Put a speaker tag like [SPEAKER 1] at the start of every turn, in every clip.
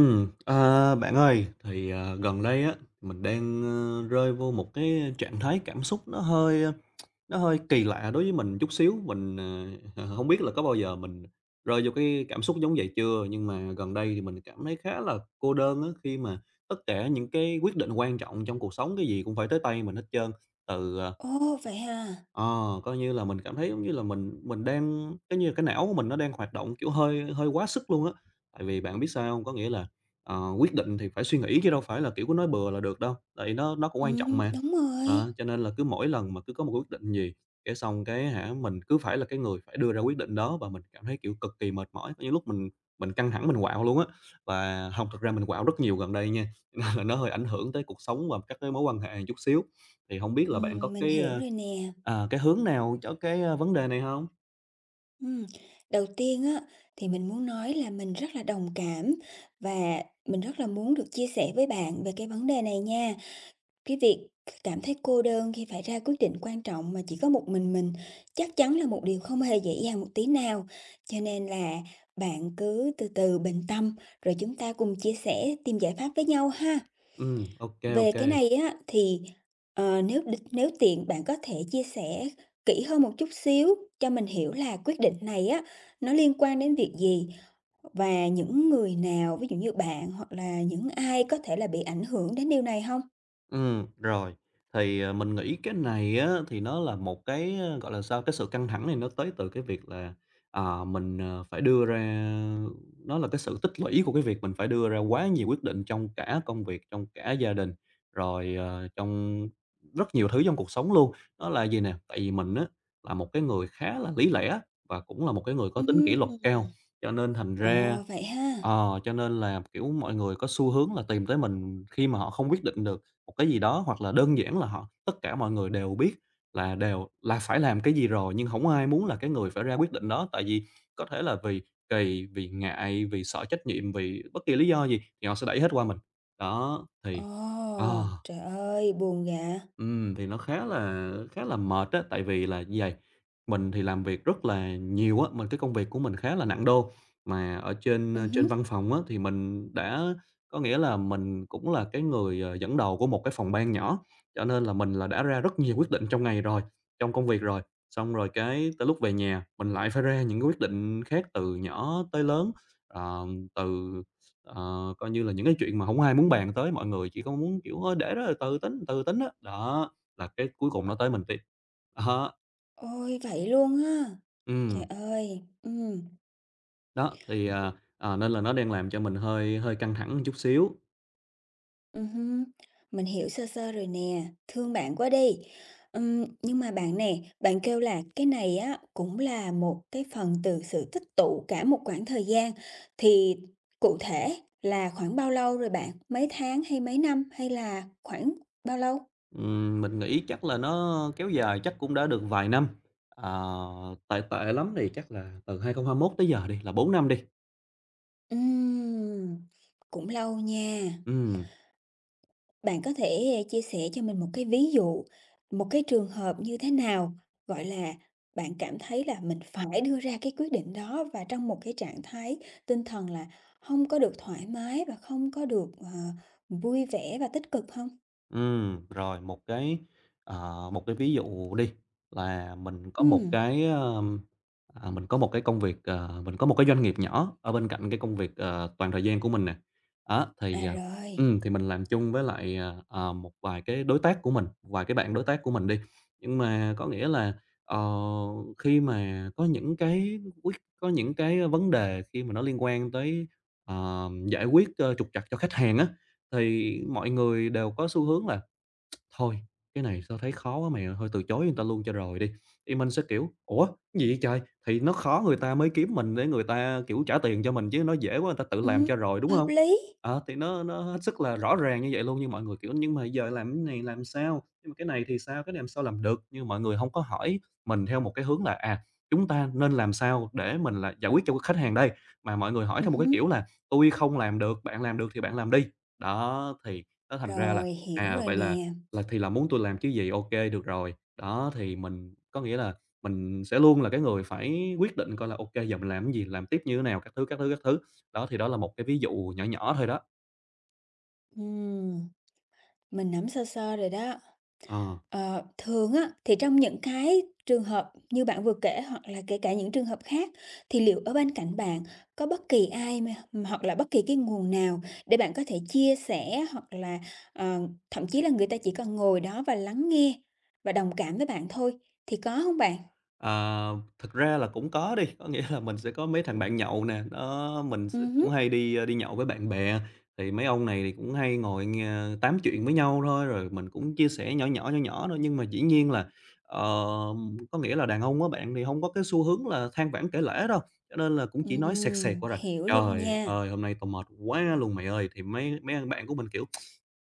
[SPEAKER 1] Bạn ơi, thì, gần đây á, mình đang, rơi vô một cái trạng thái cảm xúc nó hơi, nó hơi kỳ lạ đối với mình chút xíu. Mình, hông biết là có bao giờ mình rơi vô cái cảm xúc giống vậy chưa, nhưng mà gần đây thì mình cảm thấy khá là cô đơn á, khi mà tất cả những cái quyết định quan trọng trong cuộc sống, cái gì cũng phải tới tay mình hết trơn. Từ, à
[SPEAKER 2] Ồ, vậy hả?
[SPEAKER 1] Ờ, Coi như là mình cảm thấy giống như là mình đang cái như cái não của mình nó đang hoạt động, kiểu, hơi hơi quá sức luôn á. Tại vì bạn biết sao không? Có nghĩa là, quyết định thì phải suy nghĩ chứ đâu phải là, kiểu, cứ nói bừa là được đâu, tại vì nó cũng quan trọng mà.
[SPEAKER 2] Đúng
[SPEAKER 1] Đó,
[SPEAKER 2] rồi.
[SPEAKER 1] cho nên là cứ mỗi lần mà cứ có một quyết định gì, cái xong cái hả, mình cứ phải là cái người phải đưa ra quyết định đó và mình cảm thấy, kiểu, cực kỳ mệt mỏi. Có những lúc mình căng thẳng mình quạo luôn á, và không thực ra mình quạo rất nhiều gần đây nha, nên là nó hơi ảnh hưởng tới cuộc sống và các cái mối quan hệ chút xíu. Thì không biết là bạn có
[SPEAKER 2] Mình
[SPEAKER 1] cái,
[SPEAKER 2] hiểu rồi nè.
[SPEAKER 1] Cái hướng nào cho cái, vấn đề này không?
[SPEAKER 2] Ừm, Đầu tiên á, thì mình muốn nói là mình rất là đồng cảm và mình rất là muốn được chia sẻ với bạn về cái vấn đề này nha. Cái việc cảm thấy cô đơn khi phải ra quyết định quan trọng mà chỉ có một mình chắc chắn là một điều không hề dễ dàng một tí nào. Cho nên là bạn cứ từ từ bình tâm rồi chúng ta cùng chia sẻ tìm giải pháp với nhau ha.
[SPEAKER 1] Ok
[SPEAKER 2] Về
[SPEAKER 1] ok.
[SPEAKER 2] cái này á thì, nếu tiện bạn có thể chia sẻ kỹ hơn một chút xíu cho mình hiểu là quyết định này á, nó liên quan đến việc gì? Và những người nào, ví dụ như bạn hoặc là những ai có thể là bị ảnh hưởng đến điều này không?
[SPEAKER 1] Rồi. Thì, mình nghĩ cái này á, thì nó là một cái, gọi là sao, cái sự căng thẳng này nó tới từ cái việc là, mình, phải đưa ra nó là cái sự tích lũy của cái việc mình phải đưa ra quá nhiều quyết định trong cả công việc, trong cả gia đình, rồi, trong rất nhiều thứ trong cuộc sống luôn. Đó là gì nè? Tại vì mình á, là một cái người khá là lý lẽ và cũng là một cái người có tính kỷ luật cao,
[SPEAKER 2] Ừm,
[SPEAKER 1] cho nên thành ra
[SPEAKER 2] ồ, vậy ha.
[SPEAKER 1] ờ, cho nên là, kiểu, mọi người có xu hướng là tìm tới mình khi mà họ không quyết định được một cái gì đó, hoặc là đơn giản là họ tất cả mọi người đều biết là đều là phải làm cái gì rồi, nhưng không ai muốn là cái người phải ra quyết định đó. Tại vì có thể là vì kỳ, vì ngại, vì sợ trách nhiệm, vì bất kỳ lý do gì thì họ sẽ đẩy hết qua mình. Đó,
[SPEAKER 2] Ồ,
[SPEAKER 1] thì à
[SPEAKER 2] trời ơi, buồn vậy!
[SPEAKER 1] Thì nó khá là mệt á, tại vì là như vầy, mình thì làm việc rất là nhiều á, mình cái công việc của mình khá là nặng đô, mà ở trên, trên
[SPEAKER 2] Hứm.
[SPEAKER 1] văn phòng á thì mình đã có nghĩa là mình cũng là cái người, dẫn đầu của một cái phòng ban nhỏ, cho nên là mình là đã ra rất nhiều quyết định trong ngày rồi, trong công việc rồi. Xong rồi cái tới lúc về nhà mình lại phải ra những cái quyết định khác từ nhỏ tới lớn, ờ, từ Ờ, coi như là những cái chuyện mà không ai muốn bàn tới, mọi người chỉ có muốn, kiểu, "Thôi để đó rồi từ tính á." Đó, là cái cuối cùng nó tới mình tiếp. Đó,
[SPEAKER 2] Ôi, vậy luôn ha! Trời
[SPEAKER 1] ừm,
[SPEAKER 2] ơi.
[SPEAKER 1] đó, thì, nên là nó đang làm cho mình hơi hơi căng thẳng một chút xíu.
[SPEAKER 2] Ừm, mình hiểu sơ sơ rồi nè, thương bạn quá đi. Nhưng mà bạn nè, bạn kêu là cái này á cũng là một cái phần từ sự tích tụ cả một khoảng thời gian, thì cụ thể là khoảng bao lâu rồi bạn? Mấy tháng hay mấy năm hay là khoảng bao lâu?
[SPEAKER 1] Mình nghĩ chắc là nó kéo dài chắc cũng đã được vài năm, ờ, tệ tệ lắm thì chắc là từ 2021 tới giờ đi, là 4 năm đi.
[SPEAKER 2] Ừm, cũng lâu nha.
[SPEAKER 1] Ừm.
[SPEAKER 2] Bạn có thể, chia sẻ cho mình một cái ví dụ, một cái trường hợp như thế nào, gọi là, bạn cảm thấy là mình phải đưa ra cái quyết định đó và trong một cái trạng thái tinh thần là không có được thoải mái và không có được, vui vẻ và tích cực không?
[SPEAKER 1] Rồi một cái, một cái ví dụ đi, là mình có một
[SPEAKER 2] Ừm,
[SPEAKER 1] cái, mình có một cái công việc, mình có một cái doanh nghiệp nhỏ ở bên cạnh cái công việc, toàn thời gian của mình nè. Đó,
[SPEAKER 2] à,
[SPEAKER 1] thì,
[SPEAKER 2] rồi,
[SPEAKER 1] thì mình làm chung với lại, một vài cái đối tác của mình, một vài cái bạn đối tác của mình đi. Nhưng mà có nghĩa là, ờ, khi mà có những cái quyết có những cái vấn đề khi mà nó liên quan tới, giải quyết, trục trặc cho khách hàng á, thì mọi người đều có xu hướng là "Thôi, cái này tao thấy khó quá mày ơi, thôi từ chối người ta luôn cho rồi đi." Thì mình sẽ, kiểu, "Ủa, cái gì vậy trời?" Thì nó khó người ta mới kiếm mình để người ta, kiểu, trả tiền cho mình chứ nó dễ quá người ta tự làm
[SPEAKER 2] ừm,
[SPEAKER 1] cho rồi, đúng không?
[SPEAKER 2] hợp lý,
[SPEAKER 1] Ờ, thì nó hết sức là rõ ràng như vậy luôn, nhưng mọi người, kiểu, "Nhưng mà giờ làm cái này làm sao? Nhưng mà cái này thì sao? Cái này làm sao làm được?" Nhưng mọi người không có hỏi mình theo một cái hướng là, chúng ta nên làm sao để mình là giải quyết cho khách hàng đây, mà mọi người hỏi theo một cái
[SPEAKER 2] ừm,
[SPEAKER 1] kiểu là tôi không làm được, bạn làm được thì bạn làm đi." Đó, thì nó thành ra là,
[SPEAKER 2] rồi, hiểu rồi
[SPEAKER 1] vậy là
[SPEAKER 2] nè,
[SPEAKER 1] thì là muốn tôi làm chứ gì, ok được rồi. Đó, thì mình có nghĩa là mình sẽ luôn là cái người phải quyết định coi là ok giờ mình làm cái gì, làm tiếp như thế nào, các thứ, các thứ, các thứ. Đó, thì đó là một cái ví dụ nhỏ nhỏ thôi đó.
[SPEAKER 2] ừm. Mình nắm sơ sơ rồi đó.
[SPEAKER 1] Ờ.
[SPEAKER 2] Ờ, thường á, thì trong những cái trường hợp như bạn vừa kể hoặc là kể cả những trường hợp khác, thì liệu ở bên cạnh bạn có bất kỳ ai mà hoặc là bất kỳ cái nguồn nào để bạn có thể chia sẻ hoặc là, ờ, thậm chí là người ta chỉ cần ngồi đó và lắng nghe và đồng cảm với bạn thôi, thì có không bạn?
[SPEAKER 1] Ờ, thực ra là cũng có đi, có nghĩa là mình sẽ có mấy thằng bạn nhậu nè, đó, mình
[SPEAKER 2] Hứm.
[SPEAKER 1] cũng hay đi, đi nhậu với bạn bè, thì mấy ông này thì cũng hay ngồi nghe tám chuyện với nhau thôi, rồi mình cũng chia sẻ nhỏ nhỏ, nhỏ nhỏ thôi. Nhưng mà dĩ nhiên là, ờ, có nghĩa là đàn ông á bạn thì không có cái xu hướng là than vãn kể lể đâu, cho nên là cũng chỉ nói sẹt sẹt qua rồi:
[SPEAKER 2] Hiểu luôn
[SPEAKER 1] "Trời
[SPEAKER 2] nha.
[SPEAKER 1] ơi, hôm nay tao mệt quá luôn mày ơi!" Thì mấy mấy thằng bạn của mình, kiểu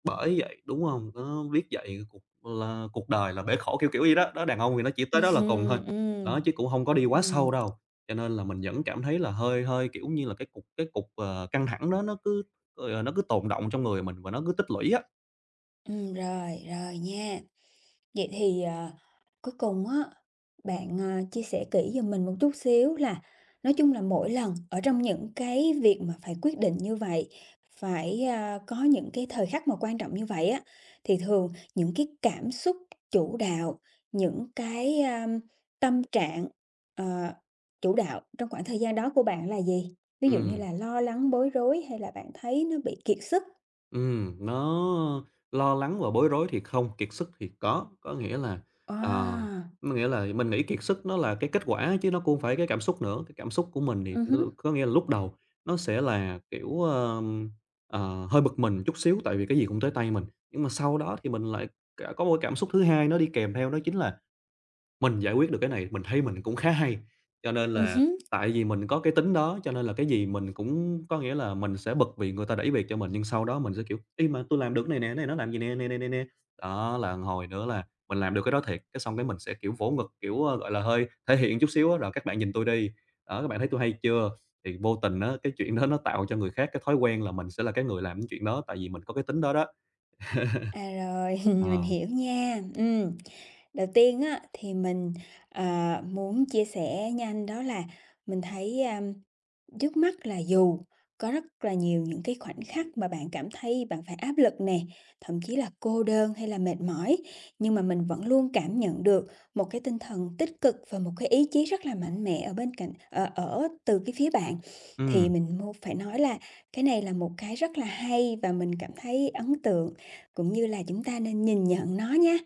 [SPEAKER 1] bởi vậy, đúng không? Nó biết vậy cuộc đời là bể khổ, kiểu, vậy đó. Đó, đàn ông thì nó chỉ tới đó là cùng thôi,
[SPEAKER 2] Ừm, ừm,
[SPEAKER 1] đó, chứ cũng không có đi quá sâu
[SPEAKER 2] ừm.
[SPEAKER 1] đâu. Cho nên là mình vẫn cảm thấy là hơi hơi, kiểu như là, cái cục, căng thẳng đó nó cứ, nó cứ tồn đọng trong người mình và nó cứ tích lũy á.
[SPEAKER 2] Rồi, rồi nha. Vậy thì, cuối cùng á, bạn, chia sẻ kỹ giùm mình một chút xíu là nói chung là mỗi lần ở trong những cái việc mà phải quyết định như vậy, phải, có những cái thời khắc mà quan trọng như vậy á, thì thường những cái cảm xúc chủ đạo, những cái, tâm trạng, ờ, chủ đạo trong khoảng thời gian đó của bạn là gì? Ví dụ như
[SPEAKER 1] Ừm.
[SPEAKER 2] là lo lắng, bối rối hay là bạn thấy nó bị kiệt sức?
[SPEAKER 1] Nó lo lắng và bối rối thì không, kiệt sức thì có. Ờ,
[SPEAKER 2] À,
[SPEAKER 1] có nghĩa là mình nghĩ kiệt sức nó là cái kết quả chứ nó cũng hông phải cái cảm xúc nữa. Cái cảm xúc của mình thì nó
[SPEAKER 2] hứm.
[SPEAKER 1] có nghĩa là lúc đầu nó sẽ là, kiểu, hơi bực mình chút xíu tại vì cái gì cũng tới tay mình, nhưng mà sau đó thì mình lại cả có một cái cảm xúc thứ hai nó đi kèm theo đó chính là mình giải quyết được cái này, mình thấy mình cũng khá hay, cho nên
[SPEAKER 2] Ừ,
[SPEAKER 1] là
[SPEAKER 2] hứm,
[SPEAKER 1] tại vì mình có cái tính đó, cho nên là cái gì mình cũng có nghĩa là mình sẽ bực vì người ta đẩy việc cho mình, nhưng sau đó mình sẽ, kiểu: "Ê, mà tôi làm được cái này nè, cái này nó làm gì nè, nè, nè, nè, nè." Đó, là hồi nữa là mình làm được cái đó thiệt, cái xong cái mình sẽ, kiểu, vỗ ngực, kiểu, gọi là, hơi thể hiện chút xíu á: "Rồi các bạn nhìn tôi đi, đó, các bạn thấy tôi hay chưa?" Thì vô tình á, cái chuyện đó nó tạo cho người khác cái thói quen là mình sẽ là cái người làm cái chuyện đó, tại vì mình có cái tính đó đó.
[SPEAKER 2] à, rồi, mình
[SPEAKER 1] Ờ,
[SPEAKER 2] hiểu nha. Đầu tiên á, thì mình, ờ, muốn chia sẻ nhanh đó là mình thấy, trước mắt là dù có rất là nhiều những cái khoảnh khắc mà bạn cảm thấy bạn phải áp lực nè, thậm chí là cô đơn hay là mệt mỏi, nhưng mà mình vẫn luôn cảm nhận được một cái tinh thần tích cực và một cái ý chí rất là mạnh mẽ ở bên cạnh ở từ cái phía bạn. Thì
[SPEAKER 1] ừm,
[SPEAKER 2] mình phải nói là cái này là một cái rất là hay và mình cảm thấy ấn tượng cũng như là chúng ta nên nhìn nhận nó nha.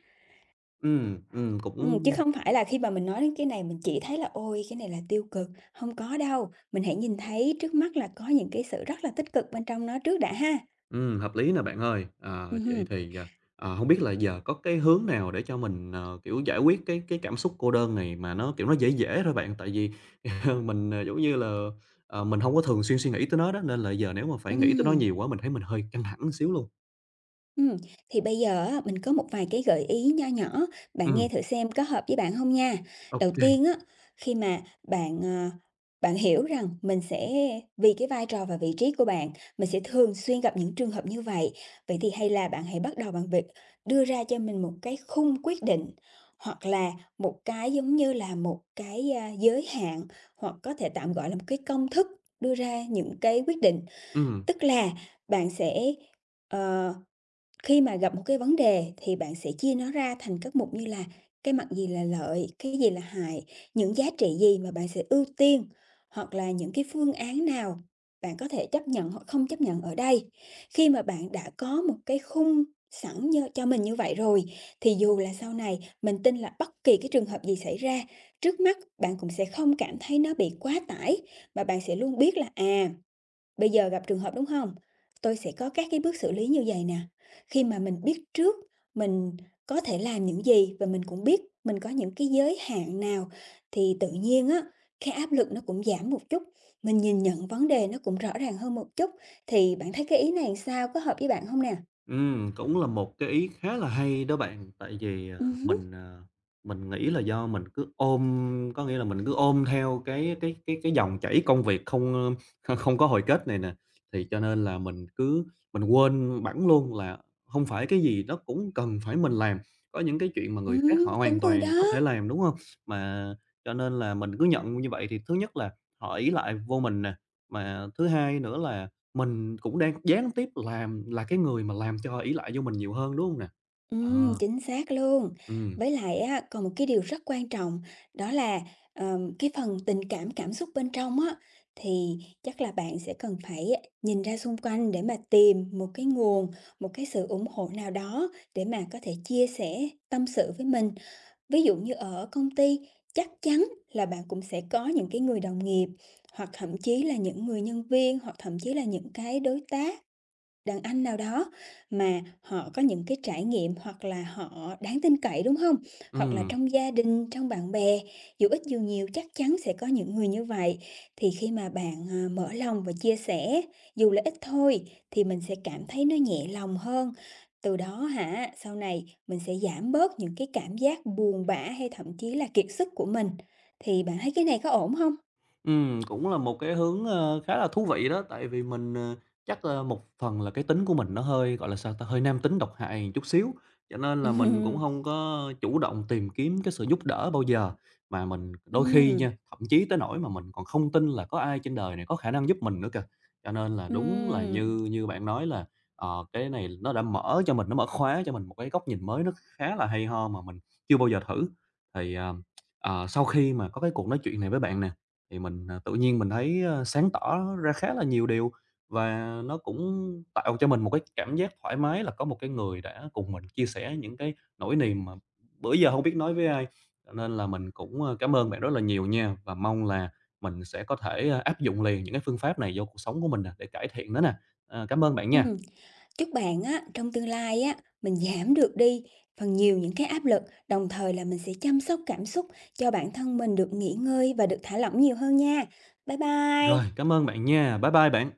[SPEAKER 1] cũng
[SPEAKER 2] Chứ không phải là khi mà mình nói đến cái này mình chỉ thấy là "Ôi, cái này là tiêu cực", không có đâu, mình hãy nhìn thấy trước mắt là có những cái sự rất là tích cực bên trong nó trước đã ha.
[SPEAKER 1] Hợp lý nè bạn ơi. Ờ, vậy
[SPEAKER 2] Hưm.
[SPEAKER 1] thì, hông biết là giờ có cái hướng nào để cho mình, kiểu, giải quyết cái cảm xúc cô đơn này mà nó, kiểu, nó dễ dễ thôi bạn? Tại vì mình, giống như là, mình không có thường xuyên suy nghĩ tới nó đó, nên là giờ nếu mà phải nghĩ tới nó nhiều quá mình thấy mình hơi căng thẳng một xíu luôn.
[SPEAKER 2] Ừm, thì bây giờ á, mình có một vài cái gợi ý nho nhỏ, bạn
[SPEAKER 1] Ừm,
[SPEAKER 2] nghe thử xem có hợp với bạn không nha.
[SPEAKER 1] ô
[SPEAKER 2] Đầu
[SPEAKER 1] kê.
[SPEAKER 2] tiên á, khi mà bạn, bạn hiểu rằng mình sẽ vì cái vai trò và vị trí của bạn, mình sẽ thường xuyên gặp những trường hợp như vậy, vậy thì hay là bạn hãy bắt đầu bằng việc đưa ra cho mình một cái khung quyết định, hoặc là một cái giống như là một cái, giới hạn, hoặc có thể tạm gọi là một cái công thức đưa ra những cái quyết định. Tức là bạn sẽ, ờ khi mà gặp một cái vấn đề thì bạn sẽ chia nó ra thành các mục như là cái mặt gì là lợi, cái gì là hại, những giá trị gì mà bạn sẽ ưu tiên, hoặc là những cái phương án nào bạn có thể chấp nhận hoặc không chấp nhận ở đây. Khi mà bạn đã có một cái khung sẵn cho mình như vậy rồi, thì dù là sau này mình tin là bất kỳ cái trường hợp gì xảy ra, trước mắt bạn cũng sẽ không cảm thấy nó bị quá tải, mà bạn sẽ luôn biết là à, bây giờ gặp trường hợp, đúng không? Tôi sẽ có các cái bước xử lý như vậy nè, khi mà mình biết trước mình có thể làm những gì và mình cũng biết mình có những cái giới hạn nào thì tự nhiên á, cái áp lực nó cũng giảm một chút, mình nhìn nhận vấn đề nó cũng rõ ràng hơn một chút. Thì bạn thấy cái ý này sao, có hợp với bạn không nè?
[SPEAKER 1] Cũng là một cái ý khá là hay đó bạn, tại vì,
[SPEAKER 2] Hứm,
[SPEAKER 1] mình, mình nghĩ là do mình cứ ôm có nghĩa là mình cứ ôm theo cái dòng chảy công việc không, không có hồi kết này nè, thì cho nên là mình quên bẵng luôn là không phải cái gì nó cũng cần phải mình làm, có những cái chuyện mà người khác họ
[SPEAKER 2] đúng
[SPEAKER 1] hoàn
[SPEAKER 2] rồi đó.
[SPEAKER 1] toàn có thể làm, đúng không? Mà cho nên là mình cứ nhận như vậy thì thứ nhất là họ ỷ lại vô mình nè, mà thứ hai nữa là mình cũng đang gián tiếp làm là cái người mà làm cho ỷ lại vô mình nhiều hơn, đúng hông nè? Ờ,
[SPEAKER 2] Chính xác luôn.
[SPEAKER 1] ừm,
[SPEAKER 2] Với lại á, còn một cái điều rất quan trọng đó là, cái phần tình cảm, cảm xúc bên trong á, thì chắc là bạn sẽ cần phải nhìn ra xung quanh để mà tìm một cái nguồn, một cái sự ủng hộ nào đó để mà có thể chia sẻ tâm sự với mình. Ví dụ như ở công ty, chắc chắn là bạn cũng sẽ có những cái người đồng nghiệp, hoặc thậm chí là những người nhân viên, hoặc thậm chí là những cái đối tác đàn anh nào đó mà họ có những cái trải nghiệm hoặc là họ đáng tin cậy, đúng không? Hoặc là
[SPEAKER 1] ừm.
[SPEAKER 2] trong gia đình, trong bạn bè, dù ít dù nhiều chắc chắn sẽ có những người như vậy. Thì khi mà bạn, mở lòng và chia sẻ, dù là ít thôi, thì mình sẽ cảm thấy nó nhẹ lòng hơn. Từ đó hả, sau này mình sẽ giảm bớt những cái cảm giác buồn bã hay thậm chí là kiệt sức của mình. Thì bạn thấy cái này có ổn không?
[SPEAKER 1] Cũng là một cái hướng, khá là thú vị đó, tại vì mình, chắc là một phần là cái tính của mình nó hơi, gọi là, sao ta, hơi nam tính độc hại một chút xíu, cho nên là mình cũng không có chủ động tìm kiếm cái sự giúp đỡ bao giờ. Mà mình đôi khi
[SPEAKER 2] Ừm,
[SPEAKER 1] nha, thậm chí tới nỗi mà mình còn không tin là có ai trên đời này có khả năng giúp mình nữa kìa. Cho nên là đúng là
[SPEAKER 2] ừm.
[SPEAKER 1] như như bạn nói là, cái này nó đã mở cho mình, nó mở khóa cho mình một cái góc nhìn mới nó khá là hay ho mà mình chưa bao giờ thử. Thì, sau khi mà có cái cuộc nói chuyện này với bạn nè, thì mình, tự nhiên mình thấy, sáng tỏ ra khá là nhiều điều và nó cũng tạo cho mình một cái cảm giác thoải mái là có một cái người đã cùng mình chia sẻ những cái nỗi niềm mà bữa giờ không biết nói với ai. Cho nên là mình cũng, cảm ơn bạn rất là nhiều nha, và mong là mình sẽ có thể, áp dụng liền những cái phương pháp này vô cuộc sống của mình nè, để cải thiện nó nè. Ờ, cảm ơn bạn nha.
[SPEAKER 2] Ừm. Chúc bạn á, trong tương lai á, mình giảm được đi phần nhiều những cái áp lực, đồng thời là mình sẽ chăm sóc cảm xúc cho bản thân mình được nghỉ ngơi và được thả lỏng nhiều hơn nha. Bye
[SPEAKER 1] Rồi,
[SPEAKER 2] bye!
[SPEAKER 1] cảm ơn bạn nha. Bye bye bạn.